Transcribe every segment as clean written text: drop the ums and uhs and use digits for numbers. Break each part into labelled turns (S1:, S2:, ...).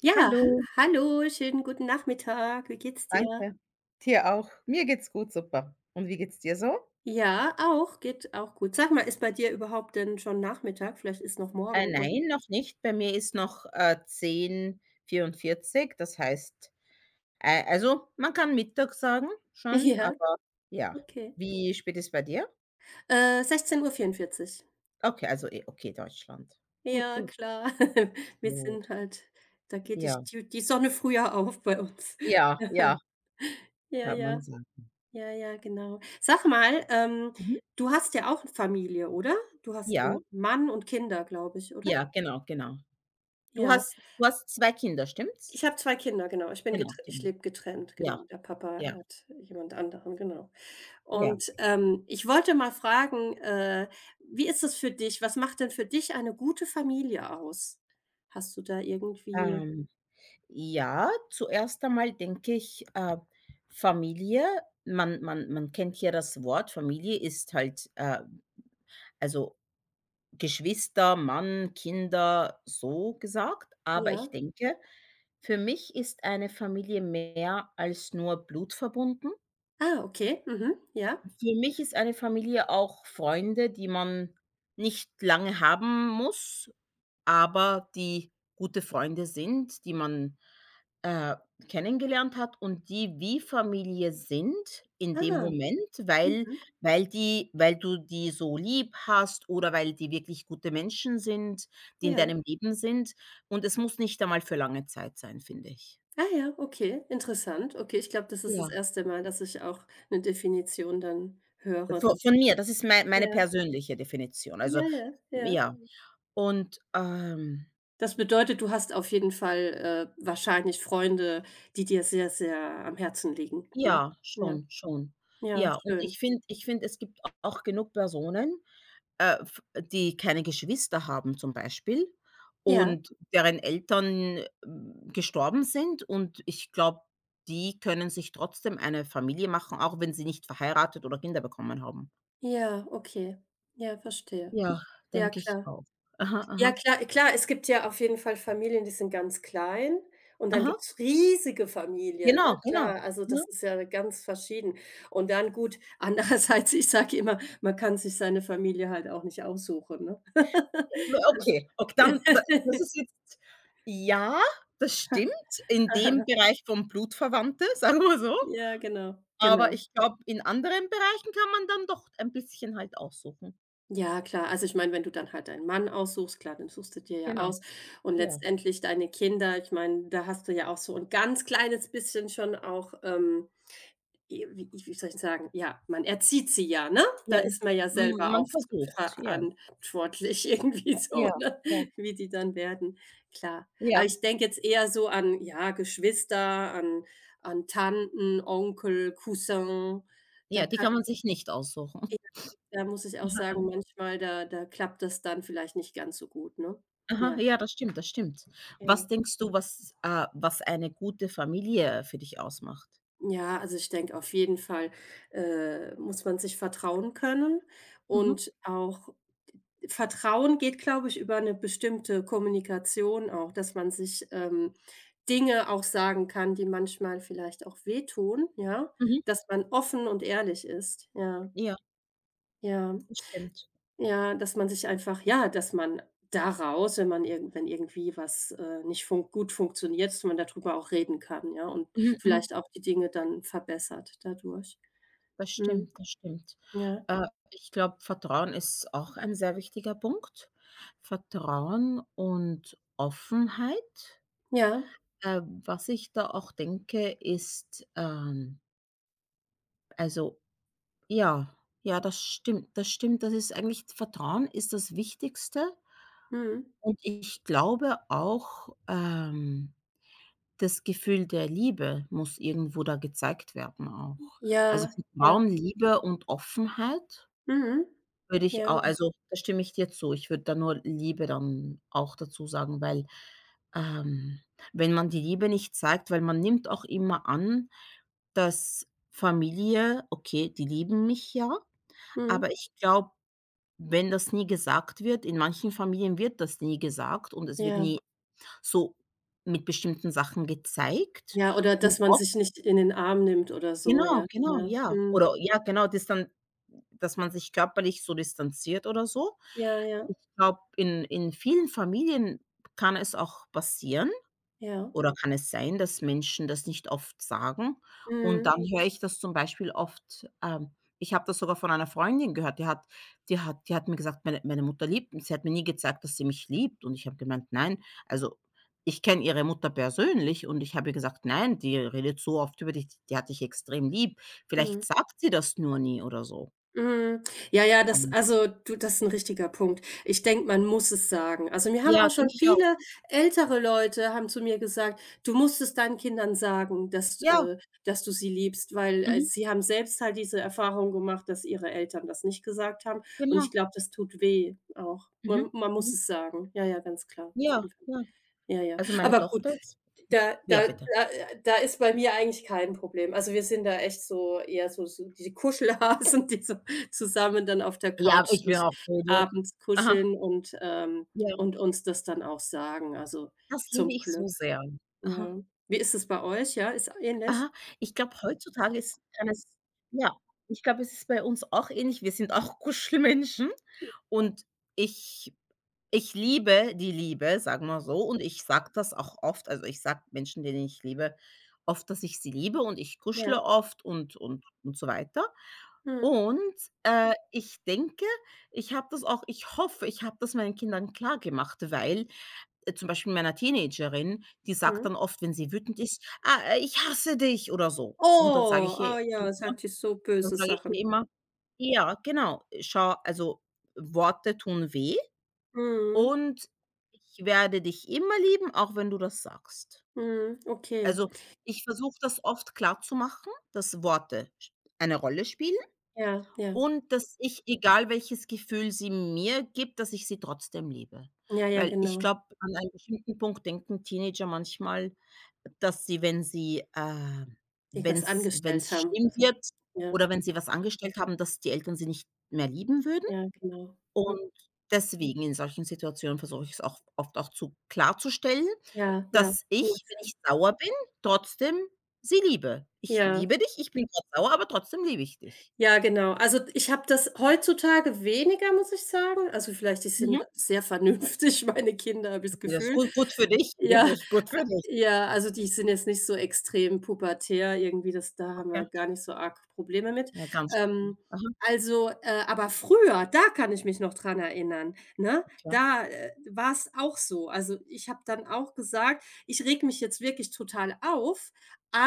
S1: Ja,
S2: Hallo.
S1: hallo, schönen guten Nachmittag. Wie geht's dir?
S2: Danke. Dir auch. Mir geht's gut, super. Und wie geht's dir so?
S1: Ja, auch, geht auch gut. Sag mal, ist bei dir überhaupt denn schon Nachmittag? Vielleicht ist noch
S2: Äh,
S1: morgen, oder?
S2: nein, noch nicht. Bei mir ist noch, 10:44 Uhr. Das heißt, man kann Mittag sagen schon,
S1: Ja,
S2: aber ja.
S1: okay.
S2: Wie spät ist bei dir?
S1: 16:44.
S2: Okay, also, okay, Deutschland. Gut,
S1: Ja,
S2: gut,
S1: klar. Wir
S2: gut.
S1: sind halt da geht die
S2: Ja,
S1: die die Sonne früher auf bei uns.
S2: ja, ja,
S1: Ja,
S2: kann
S1: ja,
S2: man sagen.
S1: ja, genau. Sag mal,
S2: Mhm.
S1: du hast ja auch 'n Familie, oder? Du hast
S2: Ja,
S1: 'n Mann und Kinder, glaube ich, oder?
S2: ja, genau, genau. Du
S1: Ja.
S2: hast du hast 2 Kinder, stimmt's?
S1: Ich habe 2 Kinder, genau.
S2: Genau,
S1: Ich
S2: genau.
S1: lebe getrennt,
S2: Ja,
S1: genau. Der Papa
S2: ja,
S1: hat jemand anderen, genau.
S2: ja.
S1: Und, ich wollte mal fragen, wie ist es für dich? Was macht denn für dich eine gute Familie aus? Hast du da irgendwie
S2: Ähm Ja, zuerst einmal denke ich, Familie, man kennt hier das Wort, Familie ist halt, also Geschwister, Mann, Kinder, so gesagt. Aber
S1: ja?
S2: ich denke, für mich ist eine Familie mehr als nur Blut verbunden.
S1: Ah, okay. Mhm. Ja.
S2: Für mich ist eine Familie auch Freunde, die man nicht lange haben muss, aber die gute Freunde sind, die man, äh, kennengelernt hat und die wie Familie sind in dem
S1: Ah.
S2: Moment, weil
S1: Mhm.
S2: weil die weil du die so lieb hast oder weil die wirklich gute Menschen sind, die in
S1: Ja.
S2: deinem Leben sind. Und es muss nicht einmal für lange Zeit sein, finde ich.
S1: Ah ja, okay, interessant. Okay, ich glaube, das ist das
S2: Ja.
S1: erste Mal, dass ich auch eine Definition dann höre,
S2: Vo
S1: dass
S2: von mir, das ist meine
S1: ja,
S2: persönliche Definition. Also,
S1: ja.
S2: ja. Mhm. Und,
S1: Das bedeutet, du hast auf jeden Fall, wahrscheinlich Freunde, die dir sehr, sehr am Herzen liegen, ne?
S2: ja,
S1: Ja,
S2: schon, schon.
S1: ja,
S2: Ja, und
S1: schön.
S2: ich finde, es gibt a auch genug Personen, f die keine Geschwister haben zum Beispiel
S1: Ja,
S2: und deren Eltern, gestorben sind und ich glaube, die können sich trotzdem eine Familie machen, auch wenn sie nicht verheiratet oder Kinder bekommen haben.
S1: ja, okay. Ja, verstehe.
S2: Ja,
S1: Ja,
S2: denke ich
S1: klar.
S2: auch. Aha,
S1: Ja,
S2: aha.
S1: klar, es gibt ja auf jeden Fall Familien, die sind ganz klein und dann
S2: Aha,
S1: gibt's riesige Familien, ne?
S2: genau, genau.
S1: Klar, also
S2: Ja.
S1: das ist ja ganz verschieden. Und dann gut, andererseits, ich sage immer, man kann sich seine Familie halt auch nicht aussuchen, ne?
S2: Okay, dann da das ist jetzt ja, das stimmt, in dem Bereich von Blutverwandte, sagen wir so.
S1: Ja, genau,
S2: Aber
S1: genau.
S2: ich glaube, in anderen Bereichen kann man dann doch ein bisschen halt aussuchen.
S1: Ja, klar. Also ich meine, wenn du dann halt deinen Mann aussuchst, klar, den suchst du dir ja
S2: Genau,
S1: aus. Und
S2: ja,
S1: letztendlich deine Kinder, ich meine, da hast du ja auch so ein ganz kleines bisschen schon auch, wie, wie soll ich sagen, ja, man erzieht sie ja, ne? Da
S2: ja.
S1: ist man ja
S2: M
S1: selber
S2: man
S1: auch
S2: versucht, ja.
S1: verantwortlich irgendwie
S2: Ja,
S1: so, ne?
S2: ja,
S1: Wie die dann werden. Klar. Aber
S2: ja.
S1: ich denke jetzt eher so an, ja, Geschwister, an, an Tanten, Onkel, Cousin. Da
S2: Ja, die
S1: kann,
S2: kann man sich nicht aussuchen.
S1: da muss ich auch
S2: Aha,
S1: sagen, manchmal, da klappt das dann vielleicht nicht ganz so gut, ne?
S2: aha,
S1: Ja,
S2: ja, das stimmt, das stimmt. Was
S1: ja.
S2: denkst du, was eine gute Familie für dich ausmacht?
S1: Ja, also ich denke auf jeden Fall, muss man sich vertrauen können
S2: Mhm,
S1: und auch Vertrauen geht, glaube ich, über eine bestimmte Kommunikation auch, dass man sich, Dinge auch sagen kann, die manchmal vielleicht auch wehtun, ja,
S2: mhm,
S1: dass man offen und ehrlich ist. Ja,
S2: ja,
S1: ja.
S2: das stimmt.
S1: Ja, dass man sich einfach ja, dass man daraus, wenn man irgend wenn irgendwie was, nicht fun gut funktioniert, dass man darüber auch reden kann, ja, und
S2: Mhm, mhm.
S1: vielleicht auch die Dinge dann verbessert dadurch.
S2: Das stimmt,
S1: Mhm.
S2: das stimmt.
S1: Ja.
S2: Ich glaube, Vertrauen ist auch ein sehr wichtiger Punkt. Vertrauen und Offenheit.
S1: Ja.
S2: Was ich da auch denke, ist, also ja, ja, das stimmt, das stimmt. Das ist eigentlich Vertrauen ist das Wichtigste.
S1: Mhm.
S2: Und ich glaube auch, das Gefühl der Liebe muss irgendwo da gezeigt werden auch. Also
S1: Ja, ja.
S2: Vertrauen, Liebe und Offenheit.
S1: Mhm.
S2: Würde ich
S1: Ja.
S2: auch also, da stimme ich dir zu. Ich würde da nur Liebe dann auch dazu sagen, weil, ähm, wenn man die Liebe nicht zeigt weil man nimmt auch immer an, dass Familie okay, die lieben mich ja,
S1: Mhm.
S2: aber ich glaube, wenn das nie gesagt wird in manchen Familien wird das nie gesagt und es wird
S1: Ja.
S2: nie so mit bestimmten Sachen gezeigt
S1: Ja, oder
S2: und
S1: dass man sich nicht in den Arm nimmt oder so,
S2: genau,
S1: ja.
S2: genau,
S1: Ja.
S2: ja.
S1: Mhm.
S2: Oder ja, genau, distan dass man sich körperlich so distanziert oder so.
S1: Ja,
S2: Ich
S1: ja,
S2: glaube, in vielen Familien kann es auch passieren
S1: ja.
S2: oder kann es sein, dass Menschen das nicht oft sagen? Und dann
S1: Mhm.
S2: mhm, höre ich das zum Beispiel oft, ich habe das sogar von einer Freundin gehört, die hat mir gesagt, meine Mutter liebt mich. Sie hat mir nie gezeigt, dass sie mich liebt und ich habe gemeint: „Nein." Also, ich kenne ihre Mutter persönlich und ich habe ihr gesagt: „Nein, die redet so oft über dich, die hat dich extrem lieb.
S1: Mhm.
S2: Vielleicht sagt sie das nur nie oder so."
S1: Mhm. Ja, das
S2: Ähm.
S1: also, du, das ist ein richtiger Punkt. Ich denke, man muss es sagen. Also, mir haben
S2: Ja,
S1: auch schon
S2: denke ich auch.
S1: viele ältere Leute haben zu mir gesagt: „Du musst es deinen Kindern sagen, dass
S2: Ja,
S1: dass du sie liebst“, weil,
S2: mhm,
S1: sie haben selbst halt diese Erfahrung gemacht, dass ihre Eltern das nicht gesagt haben. Und ich
S2: genau.
S1: glaube, das tut weh auch. Man
S2: Mhm.
S1: man muss
S2: Mhm.
S1: es sagen. Ja, ja, ganz klar, auf
S2: Ja,
S1: jeden Fall.
S2: ja.
S1: Ja, ja.
S2: Also, meine
S1: Aber gut
S2: Tochter jetzt
S1: da
S2: ja,
S1: da
S2: bitte.
S1: da da ist bei mir eigentlich kein Problem. Also, wir sind da echt so eher so diese Kuschelhasen, die so zusammen dann auf der
S2: Ja,
S1: Couch
S2: ich bin
S1: sich
S2: auch Foto.
S1: abends
S2: Aha.
S1: kuscheln und
S2: Ja,
S1: und uns das dann auch sagen, also
S2: das liebe
S1: zum
S2: ich so
S1: Glück,
S2: sehr. Aha,
S1: ja. Wie ist es bei euch? Ja, ist ähnlich?
S2: aha. Ich glaube, heutzutage ist kann es ja, ich glaube, es ist bei uns auch ähnlich. Wir sind auch Kuschelmenschen und ich ich liebe die Liebe, sagen wir so, und ich sage das auch oft. Also, ich sage Menschen, denen ich liebe, oft, dass ich sie liebe und ich kuschele
S1: Ja.
S2: oft und so weiter.
S1: Mhm.
S2: Und, ich denke, ich hoffe, ich habe das meinen Kindern klargemacht, weil zum Beispiel meiner Teenagerin, die sagt
S1: Mhm.
S2: dann oft, wenn sie wütend ist: „Ah, ich hasse dich" oder so. Und
S1: Oh, ah ja, sagt ihr so
S2: dann
S1: böse
S2: sage ich
S1: Sachen.
S2: ihr immer ja, genau, schau, also Worte tun weh
S1: Mhm.
S2: und ich werde dich immer lieben, auch wenn du das sagst.
S1: Mhm. Okay.
S2: Also, ich versuche das oft klarzumachen, dass Worte sch eine Rolle spielen.
S1: Ja, ja.
S2: Und dass ich, egal welches Gefühl sie mir gibt, dass ich sie trotzdem liebe.
S1: Ja, ja,
S2: Weil ich
S1: genau.
S2: glaube, an einem bestimmten Punkt denken Teenager manchmal, dass sie, wenn sie,
S1: Irgendwas angestellt
S2: wenn's
S1: haben oder
S2: schlimm
S1: so.
S2: wird
S1: Ja,
S2: oder wenn sie was angestellt haben, dass die Eltern sie nicht mehr lieben würden.
S1: ja, genau.
S2: Und deswegen in solchen Situationen versuche ich es auch oft auch zu klarzustellen,
S1: Ja, ja,
S2: dass
S1: gut.
S2: ich, wenn ich sauer bin, trotzdem sie liebe. „Ich
S1: Ja,
S2: liebe dich, ich bin grad sauer, aber trotzdem liebe ich dich."
S1: ja, genau. Also, ich habe das heutzutage weniger, muss ich sagen. Also, vielleicht die sind
S2: Mhm.
S1: sehr vernünftig, meine Kinder, habe ich das
S2: Ja, das ist
S1: Gefühl.
S2: gut für dich,
S1: Ja.
S2: wirklich gut für dich,
S1: Ja, also die sind jetzt nicht so extrem pubertär irgendwie, das da haben
S2: okay.
S1: wir gar nicht so arg Probleme mit.
S2: Ja, ganz
S1: Ähm,
S2: schlimm. Aha,
S1: aber früher, da kann ich mich noch dran erinnern, ne?
S2: okay.
S1: Da, war es auch so. Also, ich habe dann auch gesagt: „Ich reg mich jetzt wirklich total auf,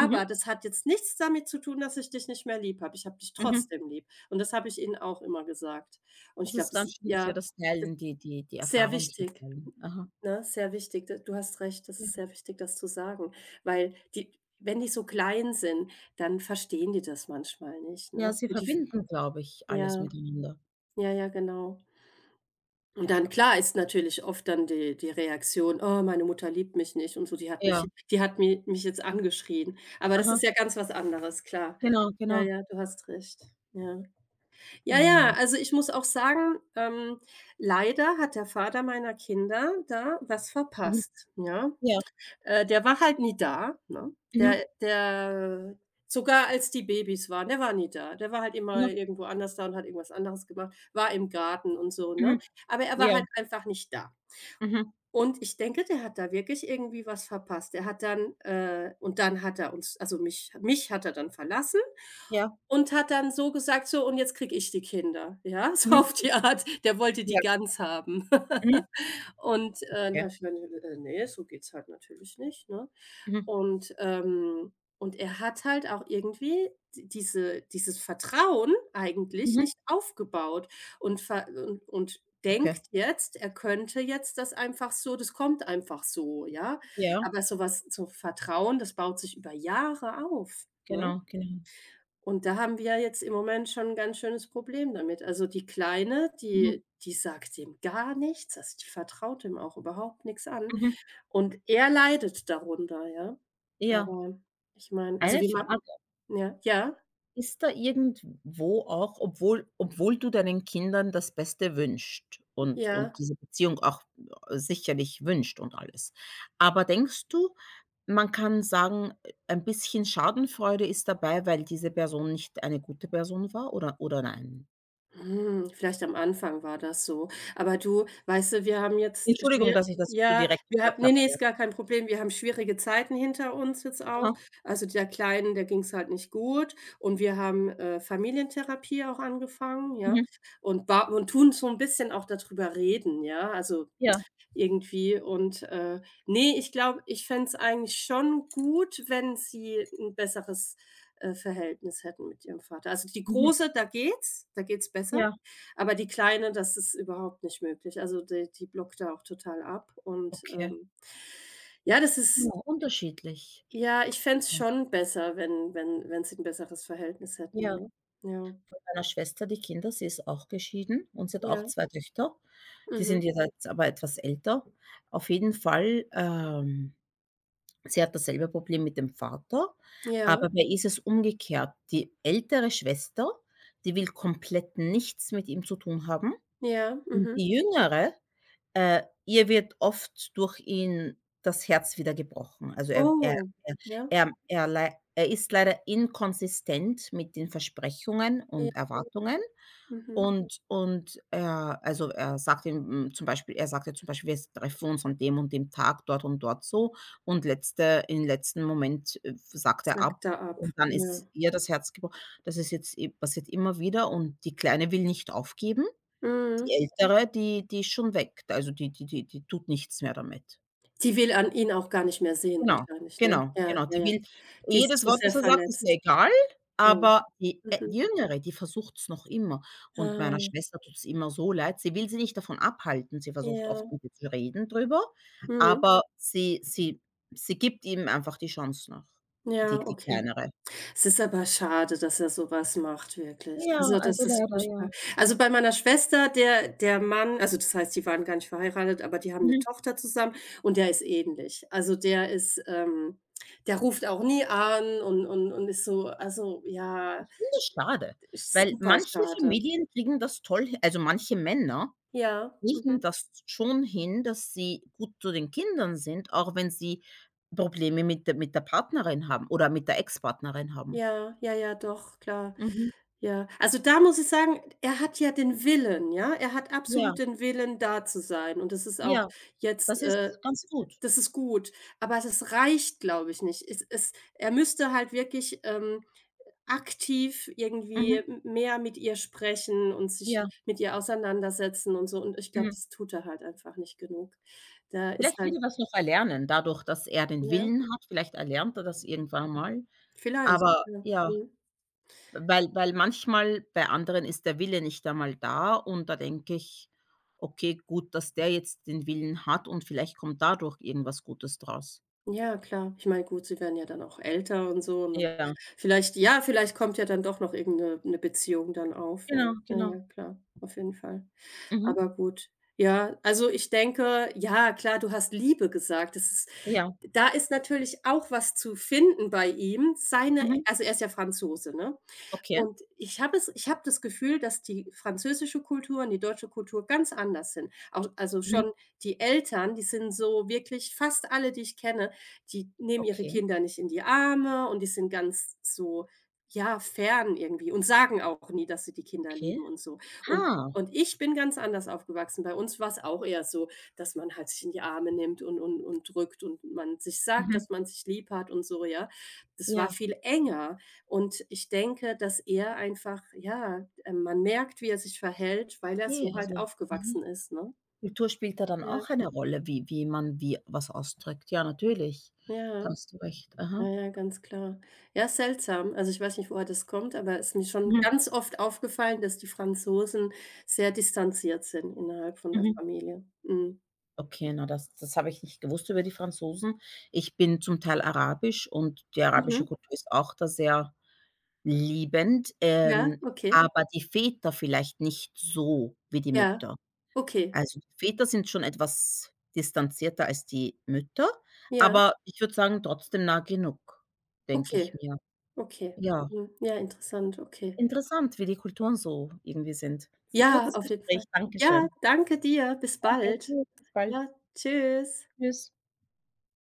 S2: Mhm,
S1: das hat jetzt nichts damit zu tun, dass ich dich nicht mehr lieb habe. Ich habe dich
S2: mhm.
S1: trotzdem lieb.“ Und das habe ich ihnen auch immer gesagt. Und
S2: Das
S1: ich glaube,
S2: ist
S1: das
S2: ganz
S1: ist
S2: schön, dass wir
S1: ja,
S2: das
S1: das
S2: teilen, die
S1: ist sehr
S2: Erfahrung hier
S1: wichtig.
S2: teilen. Aha.
S1: Ne, sehr wichtig. D du hast recht, das
S2: Ja.
S1: ist sehr wichtig, das zu sagen, weil die wenn die so klein sind, dann verstehen die das manchmal nicht,
S2: Ja,
S1: ne?
S2: sie
S1: Und die
S2: verbinden, glaube ich, alles
S1: ja,
S2: miteinander.
S1: ja, genau. Und dann klar ist natürlich oft dann die Reaktion: „Oh, meine Mutter liebt mich nicht und so, die hat
S2: Ja,
S1: mich mich jetzt angeschrien.“ Aber das
S2: aha,
S1: ist ja ganz was anderes, klar.
S2: genau,
S1: Ja,
S2: genau.
S1: ja, du hast recht. Ja. Ja, ja,
S2: Und
S1: also ich muss auch sagen, leider hat der Vater meiner Kinder da was
S2: mhm,
S1: verpasst, ja?
S2: ja,
S1: Der war halt nie da, ne?
S2: mhm,
S1: Der sogar als die Babys waren, der war nie da. Der war halt immer
S2: mhm,
S1: irgendwo anders da und hat irgendwas anderes gemacht, war im Garten und so, ne?
S2: mhm,
S1: Aber er war
S2: ja,
S1: halt einfach nicht da.
S2: mhm,
S1: Und ich denke, der hat da wirklich irgendwie was verpasst. Er hat dann und dann hat er uns also mich hat er dann verlassen
S2: ja,
S1: und hat dann so gesagt: „So, und jetzt kriege ich die Kinder“, ja, so
S2: mhm,
S1: auf die Art. Der wollte
S2: ja,
S1: die ganz haben.
S2: mhm,
S1: Und, dann
S2: ja,
S1: habe ich gemeint: Ne, so geht's halt natürlich nicht“, ne?
S2: mhm,
S1: Und und er hat halt auch irgendwie di diese dieses Vertrauen eigentlich
S2: mhm,
S1: nicht aufgebaut und ver und
S2: okay.
S1: denkt jetzt, er könnte jetzt das einfach so das kommt einfach so, ja?
S2: Ja,
S1: Aber so was so Vertrauen, das baut sich über Jahre auf, ne?
S2: genau, genau.
S1: Und da haben wir jetzt im Moment schon ein ganz schönes Problem damit. Also, die Kleine,
S2: Mhm,
S1: die sagt ihm gar nichts, also, die vertraut ihm auch überhaupt nichts an
S2: mhm.
S1: und er leidet darunter, ja.
S2: Ja,
S1: Aber ich meine also,
S2: eine
S1: wie man
S2: Frage.
S1: ja,
S2: Ist da irgendwo auch, obwohl du deinen Kindern das Beste wünscht und
S1: ja.
S2: diese Beziehung auch sicherlich wünscht und alles. Aber denkst du, man kann sagen, ein bisschen Schadenfreude ist dabei, weil diese Person nicht eine gute Person war oder nein?
S1: Hm, vielleicht am Anfang war das so. Aber du, weißt du, wir haben jetzt
S2: Entschuldigung,
S1: schwier
S2: dass ich das so
S1: ja,
S2: direkt
S1: wir haben,
S2: gesagt
S1: nee,
S2: habe,
S1: nee,
S2: aber
S1: ist gar kein Problem. Wir haben schwierige Zeiten hinter uns jetzt
S2: aha,
S1: auch. Also, der Kleinen, der ging's halt nicht gut und wir haben, Familientherapie auch angefangen, ja,
S2: mhm,
S1: und tun so 'n bisschen auch dadrüber reden, ja. Also,
S2: ja,
S1: irgendwie und, ne, ich glaube, ich fände es eigentlich schon gut, wenn sie ein besseres, Verhältnis hätten mit ihrem Vater. Also, die
S2: mhm,
S1: Große, da geht's besser,
S2: ja,
S1: aber die Kleine, das ist überhaupt nicht möglich. Also, die blockt da auch total ab und,
S2: okay.
S1: ja, das
S2: Ja,
S1: ist
S2: unterschiedlich.
S1: ja, ich fände es schon besser, wenn wenn sie ein besseres Verhältnis hätten,
S2: Ja,
S1: ne? Ja.
S2: von meiner Schwester die Kinder, sie ist auch geschieden und sie hat
S1: Ja.
S2: auch 2 Töchter. Die
S1: Mhm.
S2: sind jetzt aber etwas älter. Auf jeden Fall, sie hat dasselbe Problem mit dem Vater, aber
S1: Ja.
S2: bei ihr ist es umgekehrt. Die ältere Schwester, die will komplett nichts mit ihm zu tun haben
S1: Ja.
S2: und
S1: Mhm.
S2: die jüngere, ihr wird oft durch ihn das Herz wieder gebrochen. Also,
S1: Oh.
S2: er
S1: Ja.
S2: er ist leider inkonsistent mit den Versprechungen
S1: Ja.
S2: und Erwartungen
S1: Mhm.
S2: und er sagt ihm, hm, zum Beispiel er sagt ihr zum Beispiel: „Wir treffen uns an dem und dem Tag dort und dort so" und letzte im letzten Moment, sagt er
S1: Sackt
S2: ab
S1: da ab,
S2: und dann ist
S1: ja.
S2: ihr das Herz gebrochen. Das ist jetzt i passiert immer wieder und die Kleine will nicht aufgeben. Die
S1: Mhm.
S2: Ältere, die die ist schon weg. Also, die tut nichts mehr damit.
S1: Die will an ihn auch gar nicht mehr sehen
S2: Genau,
S1: wahrscheinlich, ne?
S2: genau,
S1: Ja,
S2: genau.
S1: ja,
S2: Die
S1: ja.
S2: will,
S1: Die ist
S2: jedes
S1: zu
S2: Wort,
S1: sehr
S2: das er sagt, ist mir
S1: verletzt.
S2: egal,
S1: Ja.
S2: aber die,
S1: Mhm.
S2: Jüngere, die versucht's noch immer. Und meiner
S1: Ah,
S2: Schwester tut's immer so leid. Sie will sie nicht davon abhalten. Sie versucht oft,
S1: ja.
S2: mit ihr zu reden drüber,
S1: Mhm.
S2: aber sie gibt ihm einfach die Chance noch,
S1: Ja,
S2: die
S1: okay.
S2: Kleinere.
S1: Es ist aber schade, dass er so was macht, wirklich.
S2: Ja,
S1: Also,
S2: also
S1: das ist
S2: leider,
S1: furchtbar.
S2: ja.
S1: Also, bei meiner Schwester, der der Mann also, das heißt, die waren gar nicht verheiratet, aber die haben 'ne
S2: Mhm.
S1: Tochter zusammen und der ist ähnlich. Also, der ist, der ruft auch nie an und und ist so also, ja,
S2: Ich finde das schade,
S1: ist
S2: weil
S1: super
S2: manche
S1: schade.
S2: Familien kriegen das toll h also, manche Männer
S1: Ja,
S2: kriegen
S1: mhm.
S2: das schon hin, dass sie gut zu den Kindern sind, auch wenn sie Probleme mit der Partnerin haben oder mit der Ex-Partnerin haben.
S1: Ja, ja, ja, doch, klar.
S2: Mhm.
S1: Ja. Also, da muss ich sagen, er hat ja den Willen, ja? Er hat
S2: Ja,
S1: absolut den Willen, da zu sein und das ist auch
S2: ja,
S1: jetzt,
S2: das ist ganz gut.
S1: das ist gut, aber das reicht, glaube ich, nicht. Es es Er müsste halt wirklich, aktiv irgendwie
S2: Mhm.
S1: m mehr mit ihr sprechen und sich
S2: Ja,
S1: mit ihr auseinandersetzen und so und ich glaube,
S2: mhm.
S1: das tut er halt einfach nicht genug. Da ist
S2: Vielleicht wird
S1: halt
S2: er das noch erlernen, dadurch, dass er den
S1: ja,
S2: Willen hat. Vielleicht erlernt er das irgendwann mal.
S1: vielleicht,
S2: Aber
S1: ja,
S2: ja,
S1: mhm.
S2: weil manchmal bei anderen ist der Wille nicht einmal da und da denke ich: „Okay, gut, dass der jetzt den Willen hat und vielleicht kommt dadurch irgendwas Gutes draus."
S1: Ja, klar. Ich meine, gut, sie werden ja dann auch älter und so und dann
S2: Ja.
S1: vielleicht ja, vielleicht kommt ja dann doch noch irgendeine 'ne Beziehung dann auf, ja.
S2: Genau,
S1: Ja, ja,
S2: genau.
S1: klar, auf jeden Fall.
S2: Mhm.
S1: Aber gut. Ja, also, ich denke ja, klar, du hast Liebe gesagt. Das ist
S2: Ja.
S1: da ist natürlich auch was zu finden bei ihm. Seine
S2: Mhm.
S1: also, er ist ja Franzose, ne?
S2: Okay.
S1: Und ich habe das Gefühl, dass die französische Kultur und die deutsche Kultur ganz anders sind. Auch also
S2: Mhm.
S1: schon die Eltern, die sind so wirklich fast alle, die ich kenne, die nehmen ihre
S2: Okay,
S1: Kinder nicht in die Arme und die sind ganz so, ja, fern irgendwie und sagen auch nie, dass sie die Kinder
S2: okay.
S1: lieben und so. Und
S2: Ha.
S1: und ich bin ganz anders aufgewachsen. Bei uns war es auch eher so, dass man halt sich in die Arme nimmt und und drückt und man sich sagt,
S2: Mhm.
S1: dass man sich lieb hat und so, ja. Das war
S2: Ja,
S1: viel enger. Und ich denke, dass er einfach ja, man merkt, wie er sich verhält, weil er
S2: ne,
S1: so halt
S2: also mhm.
S1: aufgewachsen ist, ne?
S2: Kultur spielt da dann
S1: Ja,
S2: auch eine Rolle, wie wie man wie was ausdrückt. Ja, natürlich. Da
S1: ja,
S2: hast du recht.
S1: ja,
S2: Aha.
S1: ja, ganz klar. Ja, seltsam. Also, ich weiß nicht, woher das kommt, aber es ist mir schon
S2: Mhm,
S1: ganz oft aufgefallen, dass die Franzosen sehr distanziert sind innerhalb von der
S2: mhm.
S1: Familie. Mhm.
S2: Okay, na, das habe ich nicht gewusst über die Franzosen. Ich bin zum Teil arabisch und die arabische
S1: Mhm.
S2: Kultur ist auch da sehr liebend,
S1: Ja, okay.
S2: aber die Väter vielleicht nicht so wie die
S1: Ja,
S2: Mütter.
S1: okay.
S2: Also, die Väter sind schon etwas distanzierter als die Mütter,
S1: Ja,
S2: aber ich würde sagen, trotzdem nah genug, denke ich
S1: okay,
S2: mir.
S1: okay.
S2: Ja,
S1: Mhm. Ja, interessant, okay.
S2: interessant, wie die Kulturen so irgendwie sind. Ist 'n
S1: Ja,
S2: gutes
S1: auf jeden
S2: Gespräch.
S1: Fall. Ja,
S2: Dankeschön.
S1: danke dir. Bis
S2: Danke,
S1: bald.
S2: tschüss, bis bald.
S1: Ja, tschüss.
S2: Tschüss.